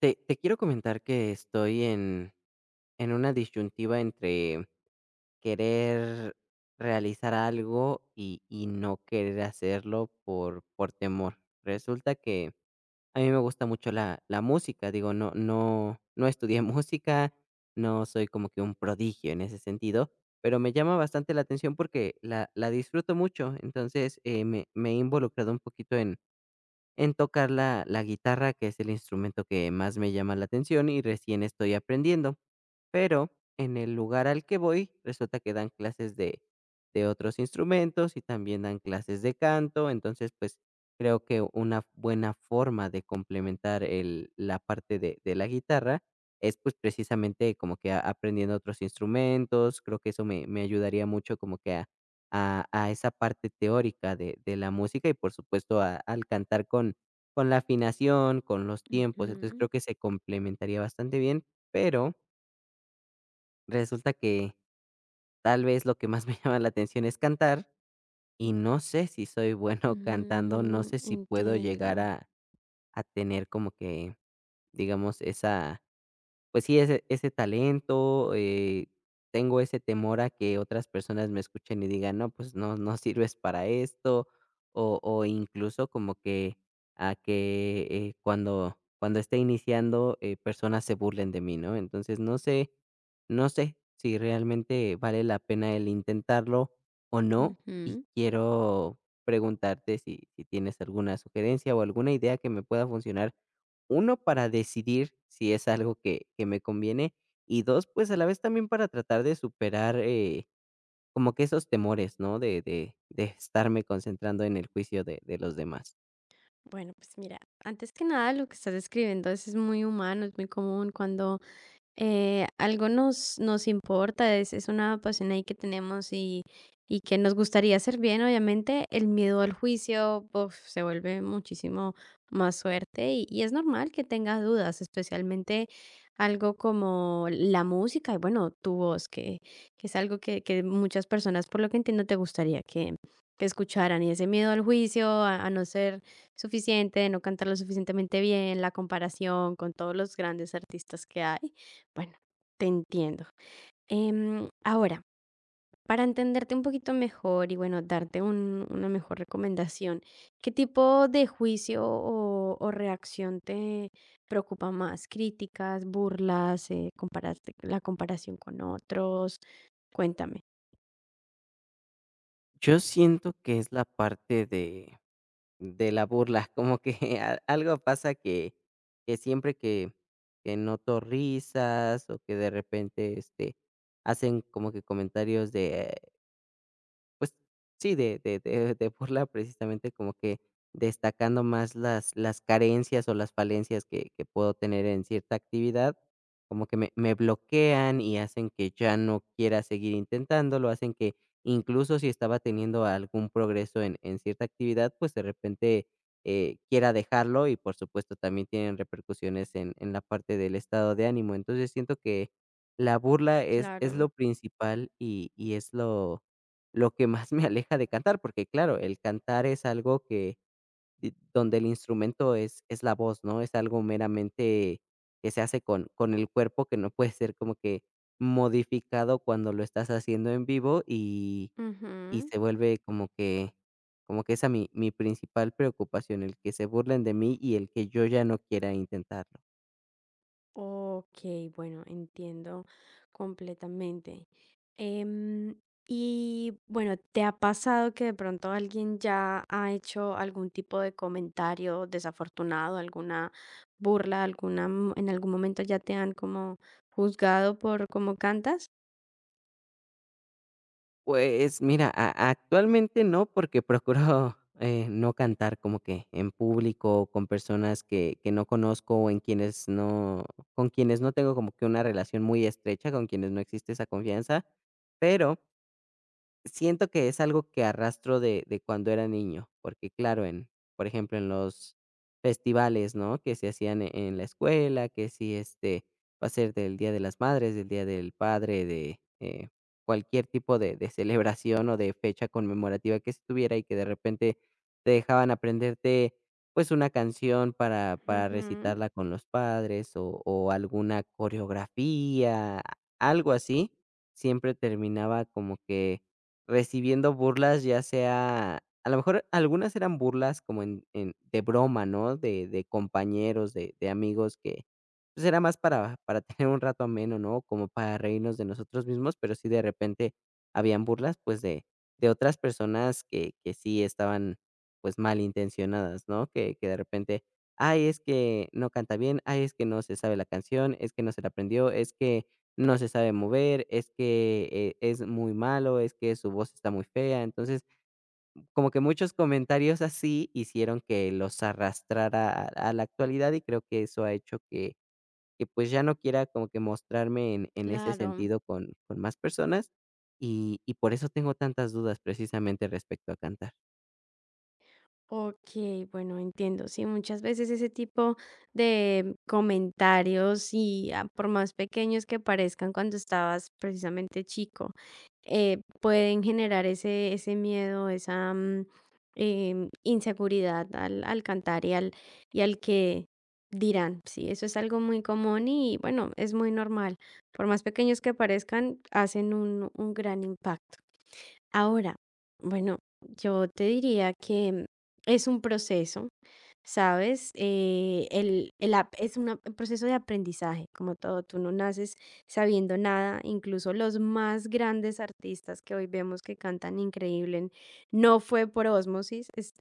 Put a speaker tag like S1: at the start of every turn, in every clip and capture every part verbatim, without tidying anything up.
S1: Te te quiero comentar que estoy en en una disyuntiva entre querer realizar algo y y no querer hacerlo por por temor. Resulta que a mí me gusta mucho la la música, digo, no no no estudié música, no soy como que un prodigio en ese sentido, pero me llama bastante la atención porque la la disfruto mucho. Entonces, eh, me me he involucrado un poquito en en tocar la, la guitarra, que es el instrumento que más me llama la atención, y recién estoy aprendiendo. Pero en el lugar al que voy, resulta que dan clases de, de otros instrumentos, y también dan clases de canto. Entonces, pues creo que una buena forma de complementar el, la parte de, de la guitarra es, pues, precisamente como que a- aprendiendo otros instrumentos. Creo que eso me, me ayudaría mucho, como que a a a esa parte teórica de de la música y, por supuesto, a al cantar, con con la afinación, con los tiempos. Entonces, creo
S2: Ujú.
S1: que se complementaría bastante bien, pero resulta que tal vez lo que más me llama la atención es cantar, y no sé si soy bueno cantando, no
S2: Mm,
S1: sé si puedo llegar
S2: entiendo.
S1: a a tener como que, digamos, esa, pues sí, ese ese talento. Eh, tengo ese temor a que otras personas me escuchen y digan: "No, pues no no sirves para esto", o o incluso como que a que, eh, cuando cuando esté iniciando, eh, personas se burlen de mí, ¿no? Entonces, no sé no sé si realmente vale la pena el intentarlo o no, y
S2: Ujú.
S1: quiero preguntarte si si tienes alguna sugerencia o alguna idea que me pueda funcionar: uno, para decidir si es algo que que me conviene, y dos, pues, a la vez también para tratar de superar, eh, como que esos temores, ¿no? De de de estarme concentrando en el juicio de de los demás.
S2: Bueno, pues mira, antes que nada, lo que estás describiendo eso es muy humano, es muy común cuando Eh, algo nos nos importa, es es una pasión ahí que tenemos y y que nos gustaría hacer bien. Obviamente, el miedo al juicio, uf, se vuelve muchísimo más fuerte y y es normal que tengas dudas, especialmente algo como la música y, bueno, tu voz, que que es algo que que muchas personas, por lo que entiendo, te gustaría que que escucharan, y ese miedo al juicio, a a no ser suficiente, de no cantar lo suficientemente bien, la comparación con todos los grandes artistas que hay. Bueno, te entiendo. Em, ahora, para entenderte un poquito mejor y bueno, darte un- una mejor recomendación, ¿qué tipo de juicio o, o reacción te preocupa más? ¿Críticas, burlas, eh, compararte- la comparación con otros? Cuéntame.
S1: Yo siento que es la parte de de la burla, como que a algo pasa que que siempre que que noto risas o que de repente, este, hacen como que comentarios de. Pues sí, de de de de burla, precisamente, como que destacando más las las carencias o las falencias que que puedo tener en cierta actividad, como que me me bloquean y hacen que ya no quiera seguir intentándolo, hacen que, incluso si estaba teniendo algún progreso en en cierta actividad, pues, de repente, eh, quiera dejarlo y, por supuesto, también tienen repercusiones en en la parte del estado de ánimo. Entonces, siento que la burla es es lo
S2: Claro.
S1: principal y y es lo lo que más me aleja de cantar, porque claro, el cantar es algo que di donde el instrumento es es la voz, ¿no? Es algo meramente que se hace con con el cuerpo, que no puede ser como que modificado cuando lo estás haciendo en vivo, y y
S2: Ujú.
S1: se vuelve como que como que esa mi mi principal preocupación, el que se burlen de mí y el que yo ya no quiera intentarlo.
S2: Ok, bueno, entiendo completamente. Em, y bueno, ¿te ha pasado que de pronto alguien ya ha hecho algún tipo de comentario desafortunado, alguna burla, alguna, m- en algún momento ya te han como juzgado por cómo cantas?
S1: Pues mira, a actualmente no, porque procuro, eh, no cantar como que en público, con personas que que no conozco, o en quienes no con quienes no tengo como que una relación muy estrecha, con quienes no existe esa confianza. Pero siento que es algo que arrastro de de cuando era niño, porque claro, en, por ejemplo, en los festivales, ¿no? Que se hacían e en la escuela, que si, este, va a ser del Día de las Madres, del Día del Padre, de, eh, cualquier tipo de de celebración o de fecha conmemorativa que se tuviera, y que de repente te dejaban aprenderte, pues, una canción para para
S2: Ujú,
S1: recitarla con los padres o o alguna coreografía, algo así, siempre terminaba como que recibiendo burlas, ya sea a lo mejor algunas eran burlas como en en de broma, ¿no? De de compañeros, de de amigos que, pues, era más para para tener un rato ameno, ¿no? Como para reírnos de nosotros mismos, pero sí de repente habían burlas, pues, de de otras personas que que sí estaban, pues, malintencionadas, ¿no? Que que de repente: "Ay, es que no canta bien, ay, es que no se sabe la canción, es que no se la aprendió, es que no se sabe mover, es que, eh, es muy malo, es que su voz está muy fea". Entonces, como que muchos comentarios así hicieron que los arrastrara a a la actualidad, y creo que eso ha hecho que que, pues, ya no quiera como que mostrarme en en ese
S2: claro.
S1: sentido con con más personas, y y por eso tengo tantas dudas, precisamente, respecto a cantar.
S2: Ok, bueno, entiendo. Sí, muchas veces ese tipo de comentarios y ah, por más pequeños que parezcan cuando estabas precisamente chico, eh, pueden generar ese, ese miedo, esa mm, em, inseguridad al, al cantar y al, y al que dirán. Sí, eso es algo muy común y bueno, es muy normal. Por más pequeños que parezcan, hacen un, un gran impacto. Ahora, bueno, yo te diría que es un proceso. ¿Sabes? Eh, el, el ap- es una- un proceso de aprendizaje, como todo, tú no naces sabiendo nada. Incluso los más grandes artistas que hoy vemos que cantan increíble, n- no fue por ósmosis, es-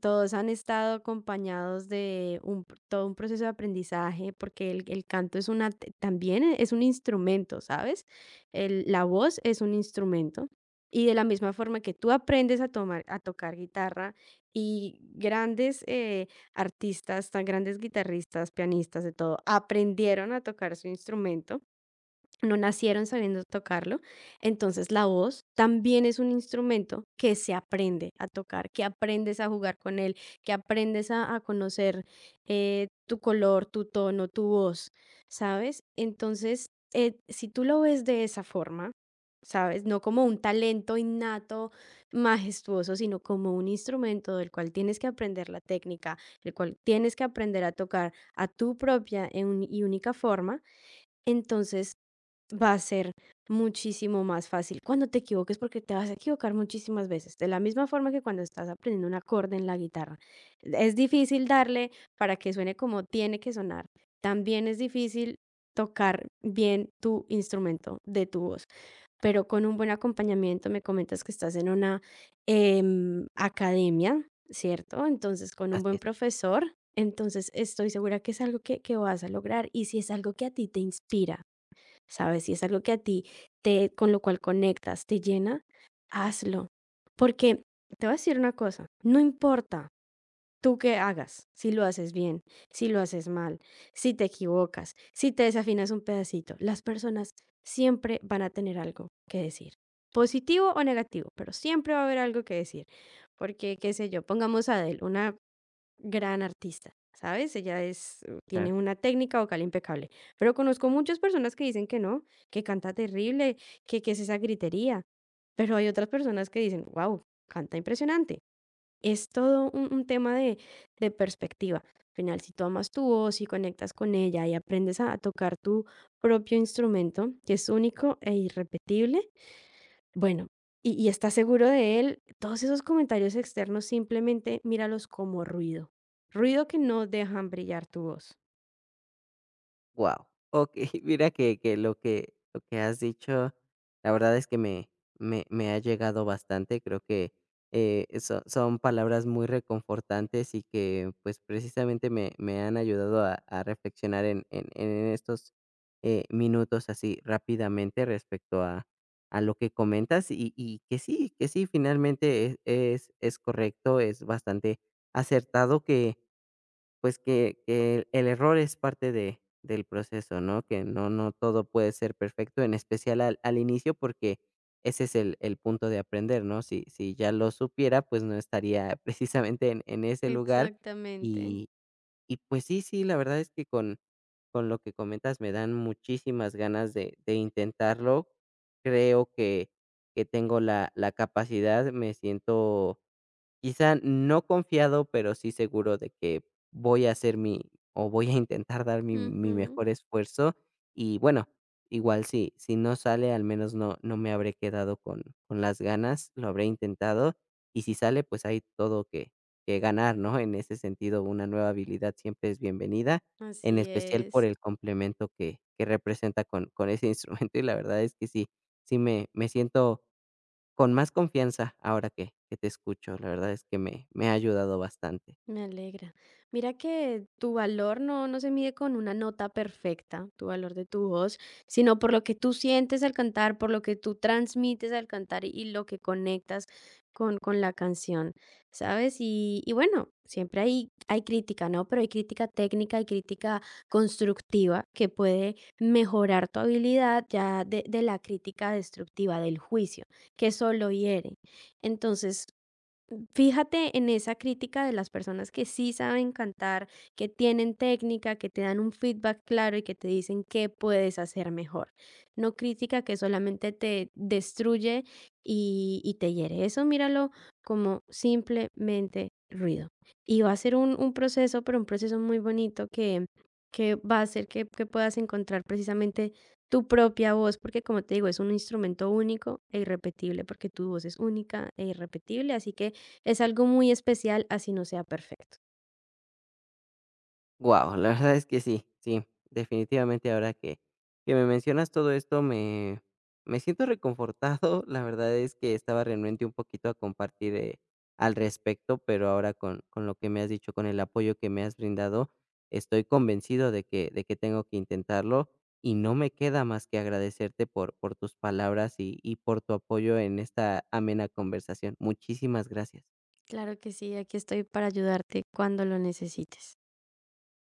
S2: todos han estado acompañados de un, pr- todo un proceso de aprendizaje, porque el, el canto es una, t- también es un instrumento, ¿sabes? El- la voz es un instrumento. Y de la misma forma que tú aprendes a, tomar, a tocar guitarra, y grandes eh, artistas, tan grandes guitarristas, pianistas, de todo, aprendieron a tocar su instrumento, no nacieron sabiendo tocarlo. Entonces, la voz también es un instrumento que se aprende a tocar, que aprendes a jugar con él, que aprendes a, a conocer eh, tu color, tu tono, tu voz, ¿sabes? Entonces, eh, si tú lo ves de esa forma, ¿sabes? No como un talento innato, majestuoso, sino como un instrumento del cual tienes que aprender la técnica, el cual tienes que aprender a tocar a tu propia e uni- y única forma. Entonces, va a ser muchísimo más fácil. Cuando te equivoques, porque te vas a equivocar muchísimas veces, de la misma forma que cuando estás aprendiendo un acorde en la guitarra. Es difícil darle para que suene como tiene que sonar. También es difícil tocar bien tu instrumento de tu voz, pero con un buen acompañamiento, me comentas que estás en una em, academia, ¿cierto? Entonces, con un
S1: Así
S2: buen
S1: es.
S2: profesor, entonces estoy segura que es algo que, que vas a lograr, y si es algo que a ti te inspira. ¿Sabes? Si es algo que a ti te, con lo cual conectas, te llena, hazlo. Porque te voy a decir una cosa, no importa tú qué hagas, si lo haces bien, si lo haces mal, si te equivocas, si te desafinas un pedacito, las personas siempre van a tener algo que decir, positivo o negativo, pero siempre va a haber algo que decir. Porque, qué sé yo, pongamos a Adele, una gran artista, ¿sabes? Ella es, eh, tiene una técnica vocal impecable, pero conozco muchas personas que dicen que no, que canta terrible, que qué es esa gritería, pero hay otras personas que dicen, wow, canta impresionante. Es todo un, un tema de, de perspectiva. Al final, si tú amas tu voz y conectas con ella y aprendes a tocar tu propio instrumento, que es único e irrepetible, bueno, ¿y y estás seguro de él? Todos esos comentarios externos simplemente míralos como ruido, ruido que no dejan brillar tu voz.
S1: Wow, okey, mira que que lo que lo que has dicho, la verdad es que me me me ha llegado bastante. Creo que, eh, so son palabras muy reconfortantes y que, pues, precisamente me me han ayudado a a reflexionar en en en estos, eh, minutos, así rápidamente, respecto a a lo que comentas. Y y que sí, que sí, finalmente es es es correcto, es bastante acertado que, pues, que que el error es parte de del proceso, ¿no? Que no no todo puede ser perfecto, en especial al al inicio, porque ese es el el punto de aprender, ¿no? Si si ya lo supiera, pues no estaría precisamente en en ese lugar.
S2: Exactamente.
S1: Y y pues sí, sí, la verdad es que con con lo que comentas me dan muchísimas ganas de de intentarlo. Creo que que tengo la la capacidad, me siento, quizá no confiado, pero sí seguro de que voy a hacer mi o voy a intentar dar mi mi
S2: Ujú,
S1: mejor esfuerzo. Y bueno, igual si si no sale, al menos no no me habré quedado con con las ganas, lo habré intentado, y si sale, pues hay todo que que ganar, ¿no? En ese sentido, una nueva habilidad siempre es bienvenida, en
S2: Así
S1: especial por
S2: es.
S1: el complemento que que representa con con ese instrumento. Y la verdad es que sí, sí me me siento con más confianza ahora que que te escucho, la verdad es que me me ha ayudado bastante.
S2: Me alegra. Mira que tu valor no, no se mide con una nota perfecta, tu valor de tu voz, sino por lo que tú sientes al cantar, por lo que tú transmites al cantar y lo que conectas con, con la canción, ¿sabes? Y, y bueno, siempre hay, hay crítica, ¿no? Pero hay crítica técnica, hay crítica constructiva que puede mejorar tu habilidad ya de, de la crítica destructiva, del juicio, que solo hiere. Entonces, fíjate en esa crítica de las personas que sí saben cantar, que tienen técnica, que te dan un feedback claro y que te dicen qué puedes hacer mejor. No crítica que solamente te destruye y, y te hiere. Eso míralo como simplemente ruido. Y va a ser un, un proceso, pero un proceso muy bonito que, que va a hacer que, que puedas encontrar precisamente tu propia voz, porque como te digo, es un instrumento único e irrepetible, porque tu voz es única e irrepetible. Así que es algo muy especial, así no sea perfecto.
S1: Wow, la verdad es que sí, sí, definitivamente ahora que que me mencionas todo esto, me me siento reconfortado. La verdad es que estaba realmente un poquito a compartir, eh, al respecto, pero ahora con con lo que me has dicho, con el apoyo que me has brindado, estoy convencido de que de que tengo que intentarlo, y no me queda más que agradecerte por por tus palabras y y por tu apoyo en esta amena conversación. Muchísimas gracias.
S2: Claro que sí, aquí estoy para ayudarte cuando lo necesites.